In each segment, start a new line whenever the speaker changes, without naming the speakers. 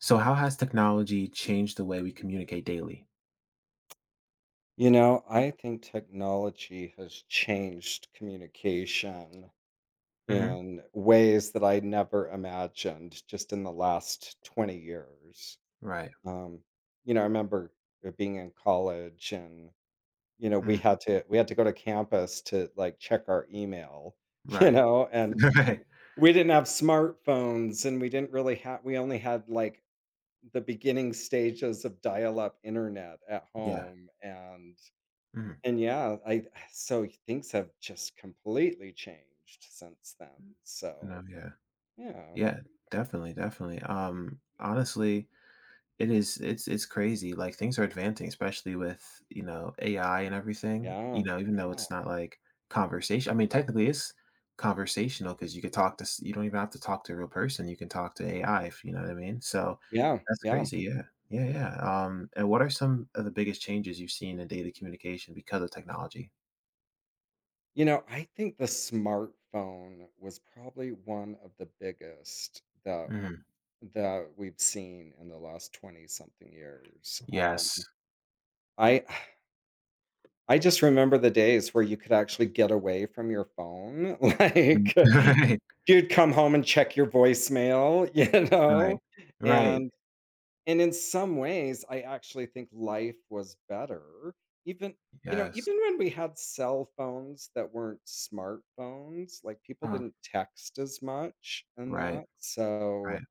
So how has technology changed the way we communicate daily?
You know, I think technology has changed communication
Mhm.
in ways that I never imagined just in the last 20 years.
Right.
Um, I remember being in college and we
Mm,
had to we had to go to campus to like check our email, you
right.
know, and
Right.
we didn't have smartphones and we didn't really have we only had like the beginning stages of dial-up internet at
Yeah.
home and
Mhm.
and yeah, I so things have just completely changed since then.
No,
So
yeah.
yeah,
Yeah, definitely, definitely. Honestly, It is it's crazy, like, things are advancing, especially with, you know, AI and everything, you
yeah,
know, even though
yeah,
it's not, like, technically, it's conversational because you could talk to s you don't even have to talk to a real person, you can talk to AI if you know what I mean? So,
yeah,
that's
yeah.
crazy, yeah. Yeah, yeah, and what are some of the biggest changes you've seen in daily communication because of technology?
You know, I think the smartphone was probably one of the biggest that
Mhm.
that we've seen in the last 20 something years.
Yes.
I I just remember the days where you could actually get away from your phone.
Mm,
Like
right,
you'd come home and check your voicemail, you
right,
know?
right,
and. And in some ways, I actually think life was better. Even
yes.
Even when we had cell phones that weren't smartphones, like people
uh
didn't text as much and
Right,
that. So,
right,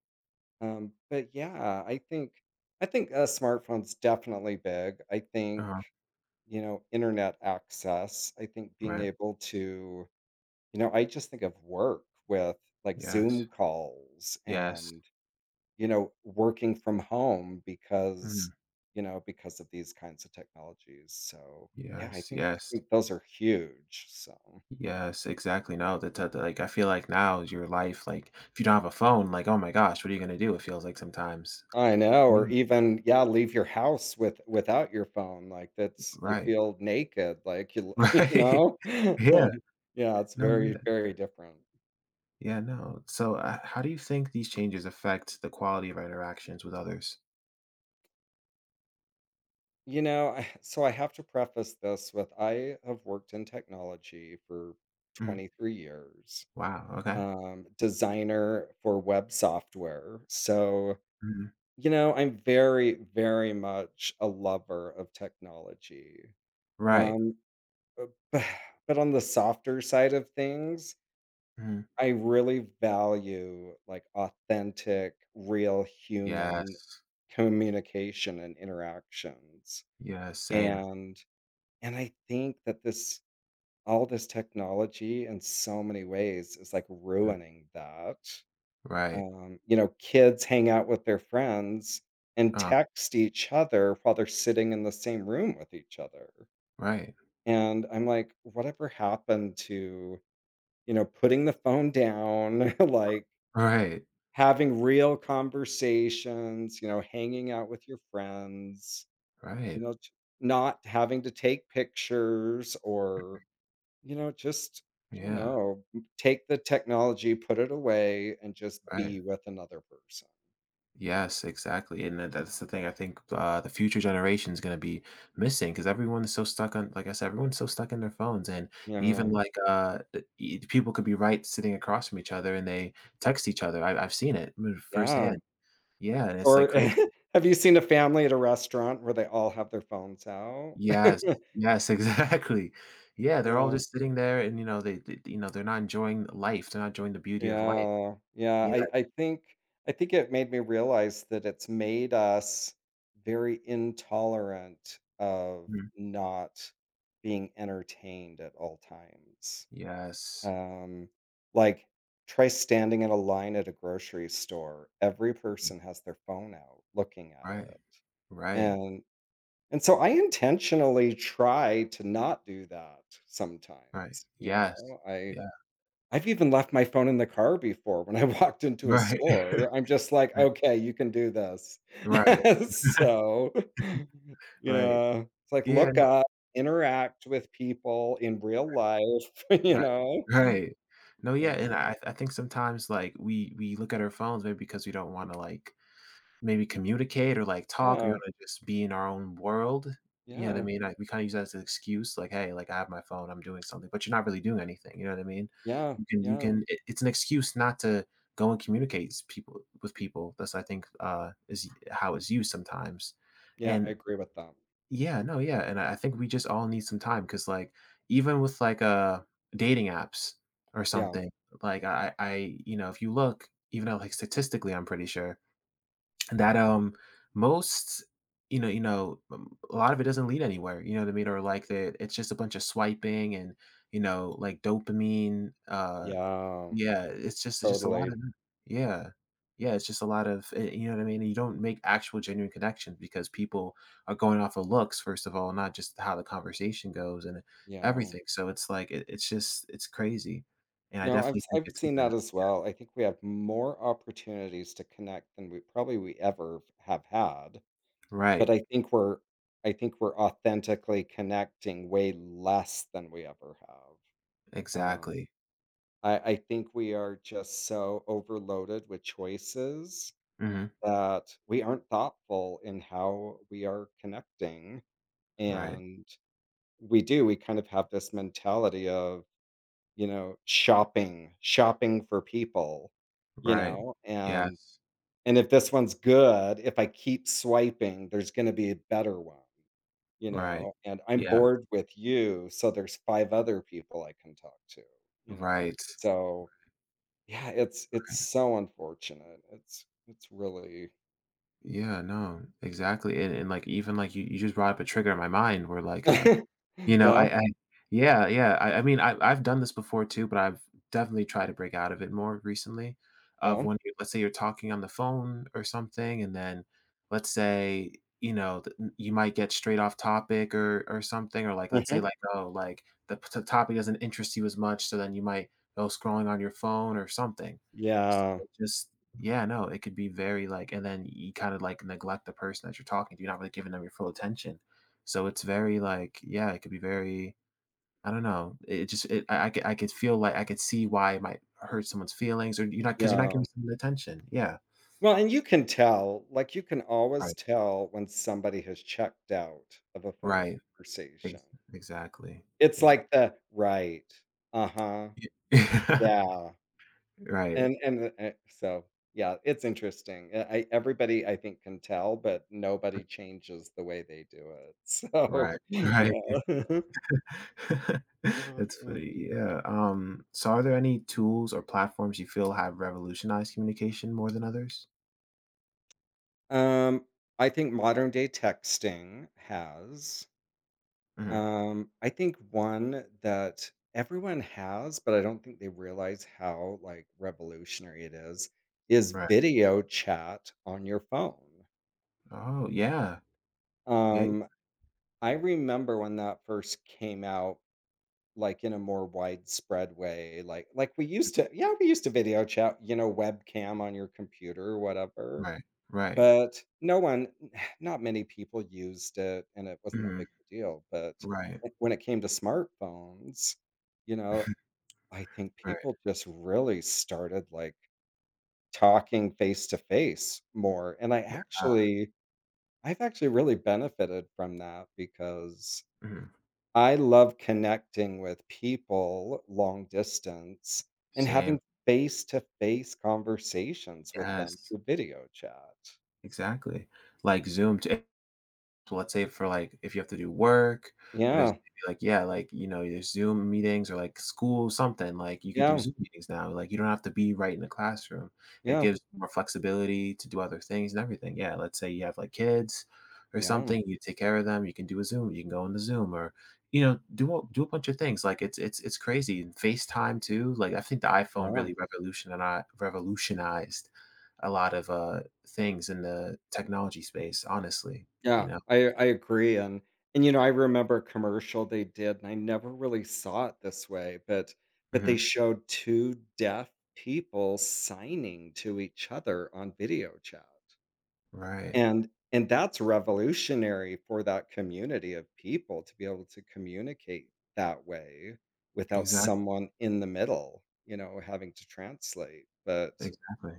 um, but yeah, I think a smartphone's definitely big. I think
uh
you know, internet access. I think being
right,
able to you know, I just think of work with like
yes,
Zoom calls
yes,
and you know, working from home
mhm.
you know, because of these kinds of technologies. So, yeah, I
Yes,
think I
yes,
think those are huge. So,
yes, exactly. No, that's at like, I feel like now is your life, like, if you don't have a phone, like, oh my gosh, what are you gonna do? It feels like sometimes.
I know, or
Mm,
even yeah, leave your house with without your phone, like that's you
right,
feel naked, like you you
right.
know?
Yeah,
Yeah, it's
no, yeah,
very, very different.
yeah, no. So, how do you think these changes affect the quality of our interactions with others?
So I have to preface this with I have worked in technology for
Mm,
23 years,
wow, okay.
designer for web software. So,
Mhm.
you know, I'm very, very much a lover of technology.
Right.
Um, uh, b- but on the softer side of things,
Mhm.
I really value like authentic, real human
Yes,
communication and interactions.
yeah, same.
And and I think that this all this technology in so many ways is like
Mm,
ruining that.
right.
You know, kids hang out with their friends and
Uh,
text each other while they're sitting in the same room with each other.
right,
And I'm like, whatever happened to, you know, putting the phone down, like
right,
having real conversations, you know, hanging out with your friends,
right.
you know, t- not having to take pictures or, you know, I don't
Yeah,
know, take the technology, put it away, and just
right.
be with another person.
Yes, exactly, and that's the thing I think, the future generation is gonna be missing because everyone's so stuck on like I said, everyone's so stuck in their phones, and even,
Yeah.
like, the e people could be right sitting across from each other, and they text each other. I've seen it m
Yeah,
firsthand. Yeah, and it's, like,
or
crazy.
have you seen a family at a restaurant where they all have their phones out?
Yes. Yes, exactly. Yeah, they're all
Yeah,
just sitting there and, you know, they you know, they're not enjoying life, they're not enjoying the beauty of life.
yeah, yeah,
Yeah.
I think it made me realize that it's made us very intolerant of
Mhm.
not being entertained at all times.
Yes.
Um, like, try standing in a line at a grocery store, every person has their phone out looking at it,
Right. Right.
and And so I intentionally try to not do that
Right.
sometimes, you
Yes.
know? I
Yeah.
I've even left my phone in the car before when I walked into a
Right.
store. I'm just like, "Okay, you can do this."
Right,
So,
right.
yeah, it's like,
Yeah,
look
no
up, interact with people in real life, you
right,
know?
right. No, yeah, and
So,
I think sometimes, like, we look at our phones maybe because we don't wanna, like, maybe communicate or, like, talk, we
yeah,
wanna just be in our own world, you know what I
yeah,
mean? Like, we kinda use that as an excuse, like, "Hey, like, I have my phone, I'm doing something," but you're not really doing anything, you know what I mean?
yeah,
You can you
yeah,
can it's an excuse not to go and communicate s people with people, that's I think, is how it's used sometimes,
yeah, I
and
agree with that.
yeah, no, yeah, and I think we just all need some time because like, even with, like, dating apps or
Yeah,
something, like, I you know, if you look, even though, like, statistically, I'm pretty sure that, most you know, a lot of it doesn't lead anywhere, you know what I mean? Or, like, that it's just a bunch of swiping and, you know, like, dopamine,
yeah,
yeah, it's just a lot
totally,
of that. Yeah. Yeah, it's just a lot of you know what I mean? You don't make actual genuine connections because people are going off of looks, first of all, not just how the conversation goes and
yeah.
everything. So it's just it's crazy. And I
No, I've
definitely
i
think
I've
it's
seen
hindering
that
us.
as well. I think we have more opportunities to connect than we probably we ever have had,
Right.
but I think we're authentically connecting way less than we ever have. Um,
Exactly.
I think we are just so overloaded with choices
Hmm.
that we aren't thoughtful in how we are connecting,
Right.
and we do, we kind of have this mentality of you know, shopping, shopping for people, you
Right.
know, and
Yes.
and if this one's good, if I keep swiping, there's gonna be a better one, you
Right.
know, and I'm
Yeah.
bored with you, so there's 5 other people I can talk to, you know,
Right.
so yeah, it's
Right.
so unfortunate. It's really
Yeah, no, exactly. And like even like you just brought up a trigger in my mind where you know,
Yeah,
I yeah, yeah, I mean, I've done this before too, but I've definitely tried to break out of it more recently, of
yeah.
when you let's say you're talking on the phone or something, and then let's say, you know, th you might get straight off topic or something, or, like, let's say,
Mhm.
like, oh, like, the topic doesn't interest you as much, so then you might go scrolling on your phone or something. So,
Yeah,
it just yeah, no, it could be very, like and then you kinda, like, neglect the person that you're talking to, you're not really giving them your full attention. So it's very like, yeah, it could be very I don't know. It just it I could feel like I could see why it might hurt someone's feelings or you're not because 'cause you're not
yeah.
giving someone attention. Yeah.
Well, and you can tell, like, you can always
Right.
tell when somebody has checked out of a phone
Right.
conversation.
Ex exactly.
It's
Ex
like the "Right, uh-huh, yeah,"
Right.
and yeah, it's interesting. I Everybody, I think, can tell, but nobody changes the way they do it. So,
Right. Right.
yeah.
That's funny. Yeah, so are there any tools or platforms you feel have revolutionized communication more than others?
Um, I think modern day texting has
Mhm.
I think one that everyone has, but I don't think they realize how like revolutionary it is
Right.
video chat on your phone.
Oh, yeah. Yeah.
Um, I remember when that first came out, like in a more widespread way, like we used to, yeah, we used to video chat, you know, webcam on your computer or whatever.
Right. Right.
But no one not many people used it, and it wasn't that
Mhm.
big of a deal, but
Right.
when it came to smartphones, you know, I think
Right.
people just really started, like, talking face to face more, and I
Ah.
actually I've actually really benefited from that because
Mhm.
I love connecting with people long distance and
Same.
having face to face conversations with them
Yes.
through video chat.
Exactly. Like Zoom t So let's say for like if you have to do work, or there's
Yeah,
yeah, like you know, there's Zoom meetings or like school something. Like you could do
yeah,
Zoom meetings now. Like you don't have to be right in the classroom. It
yeah.
gives more flexibility to do other things and everything. Yeah, let's say you have like kids or
Yeah,
something, you take care of them. You can do a Zoom. You can go into Zoom or you know do a bunch of things. Like it's crazy. And FaceTime too. Like I think the iPhone
yeah,
really revolutionized a lot of things in the technology space. Honestly, you
yeah.
know.
I agree, and you know I remember a commercial they did, and I never really saw it this way, but
Mhm.
they showed two deaf people signing to each other on video chat,
Right.
and that's revolutionary for that community of people to be able to communicate that way without
Exactly.
someone in the middle, you know, having to translate. But
exactly.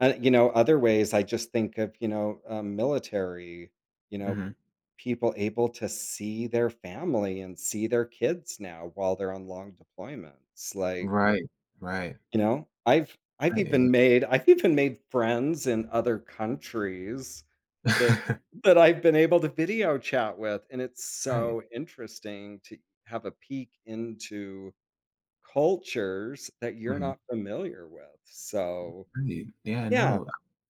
and, you know, other ways I just think of, you know, military, you know,
Mhm.
people able to see their family and see their kids now while they're on long deployments. Like,
Right. Right.
you know, I've
Right, exactly.
even made I've even made friends in other countries that that I've been able to video chat with. And it's
Right.
so interesting to have a peek into cultures that you're
Mhm.
not familiar with. So
Right. Yeah,
yeah,
no.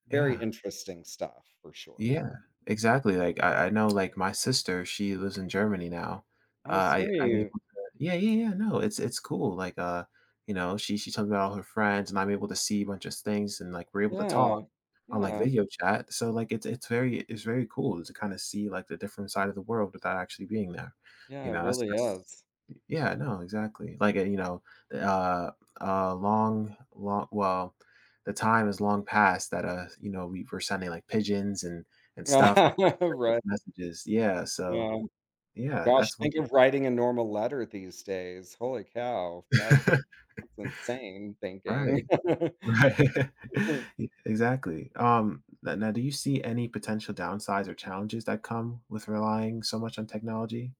very
Yeah.
interesting stuff for sure.
Yeah. Exactly, like, I know, like, my sister, she lives in Germany now.
Oh,
I'm
sweet.
able to yeah, yeah, yeah, no, it's cool, like, you know, she tells me about all her friends, and I'm able to see a bunch of things, and, like, we're able to talk
Yeah.
on, like,
Yeah.
video chat, so, like, it's very cool to kinda see, like, the different side of the world without actually being there,
Yeah,
you
it
know?
really
That's
is.
Yeah, no, exactly. Like, you know, uh, long, long, well, the time is long past that, you know, we were sending like pigeons and stuff, to send those
Right,
messages. Yeah. So,
yeah.
yeah,
Gosh,
that's one.
think of writing a normal letter these days. Holy cow. That that's insane thinking.
Right. Right. Yeah, exactly. Now, now, do you see any potential downsides or challenges that come with relying so much on technology?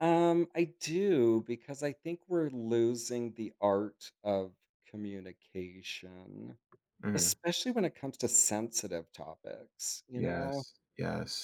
I do because I think we're losing the art of communication,
Hmm.
especially when it comes to sensitive topics, you know?
Yes.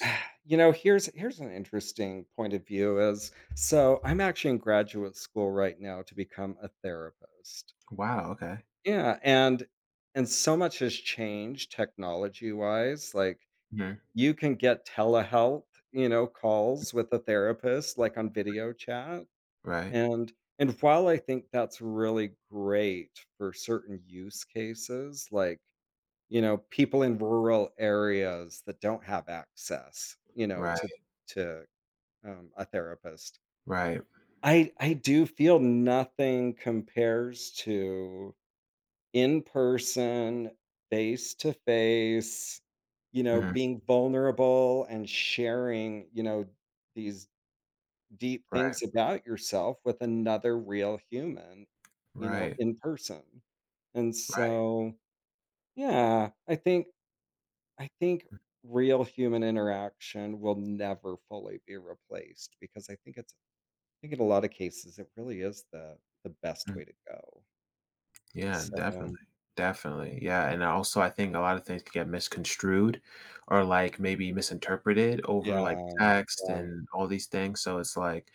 You know, here's an interesting point of view is so I'm actually in graduate school right now to become a therapist.
Wow. Okay.
Yeah, and so much has changed technology-wise. Like
Hmm.
you can get telehealth, you know, calls with a therapist like on video chat.
Right.
And and while I think that's really great for certain use cases, like, you know, people in rural areas that don't have access, you know,
Right.
to a therapist.
Right.
I do feel nothing compares to in-person, face-to-face, you know,
Hmm.
being vulnerable and sharing, you know, these deep
Right.
things about yourself with another real human, you know,
Right,
in person. And
right.
so, yeah, I think real human interaction will never fully be replaced because I think it's think in a lot of cases, it really is the best
Mhm.
way to go.
Yeah, definitely,
So,
definitely. Yeah, and also I think a lot of things can get misconstrued or, like, maybe misinterpreted over,
yeah,
like, text
yeah,
and all these things, so it's like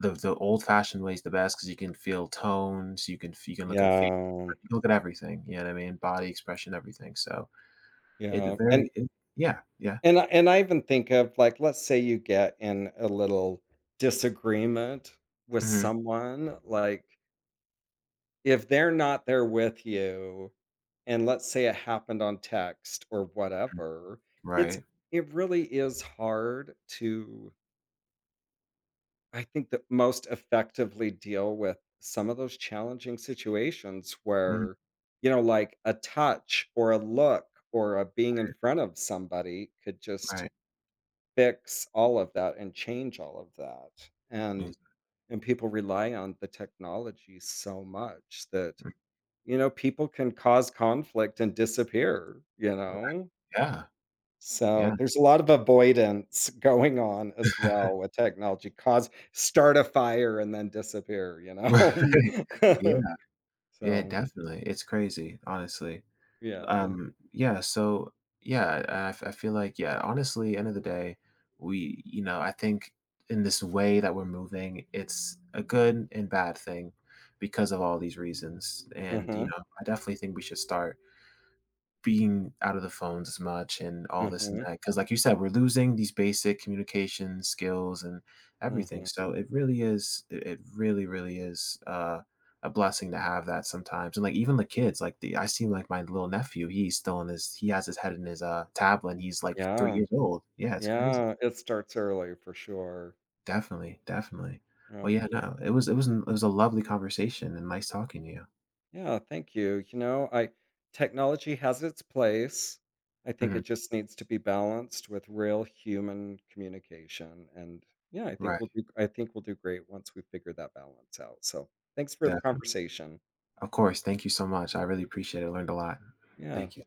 the old-fashioned way is the best because you can feel tones, you can look at face,
yeah,
you can look at everything, you know what I mean? Body expression, everything, so it
yeah, and
very it yeah, yeah.
and I and I even think of, like, let's say you get in a little disagreement with
Mhm,
someone, like, if they're not there with you, and let's say it happened on text or
mm,
whatever, it's
right.
it really is hard to I think that most effectively deal with some of those challenging situations
Mm,
where, you know, like a touch or a look or a being in front of somebody could just
right.
fix all of that and change all of that.
Mm,
And and people rely on the technology so much that,
mm,
you know, people can cause conflict and disappear, you
right,
know?
yeah,
So,
yeah.
there's a lot of avoidance going on as well with technology, cause start a fire and then disappear, you
Right. Yeah.
know?
Yeah,
So,
definitely. It's crazy, honestly. Mhm.
yeah.
Yeah, I feel like yeah, honestly, end of the day, we you know, I think in this way that we're moving, it's a good and bad thing because of all these reasons. And you
Uh-huh,
know, I definitely think we should start being out of the phones as much and all this and
uh-huh,
that, because like you said, we're losing these basic communication skills and everything,
uh-huh.
so it really is it it really, really is, a blessing to have that sometimes, and, like, even the kids, like, the I see, like, my little nephew, he has his head in his, tablet, and he's, like, 3
Yeah,
years old. Yeah, it's crazy.
yeah, it starts early for sure.
Definitely, definitely. Well,
Yeah.
yeah, no, it was a lovely conversation and nice talking to you.
Yeah, thank you. You know, I Technology has its place. I think it
Mhm.
just needs to be balanced with real human communication. And yeah, I think
Right.
we'll do I think we'll do great once we figure that balance out. So thanks for the
Definitely.
conversation.
Of course, thank you so much, I really appreciate it, I learned a lot.
Yeah.
Thank you.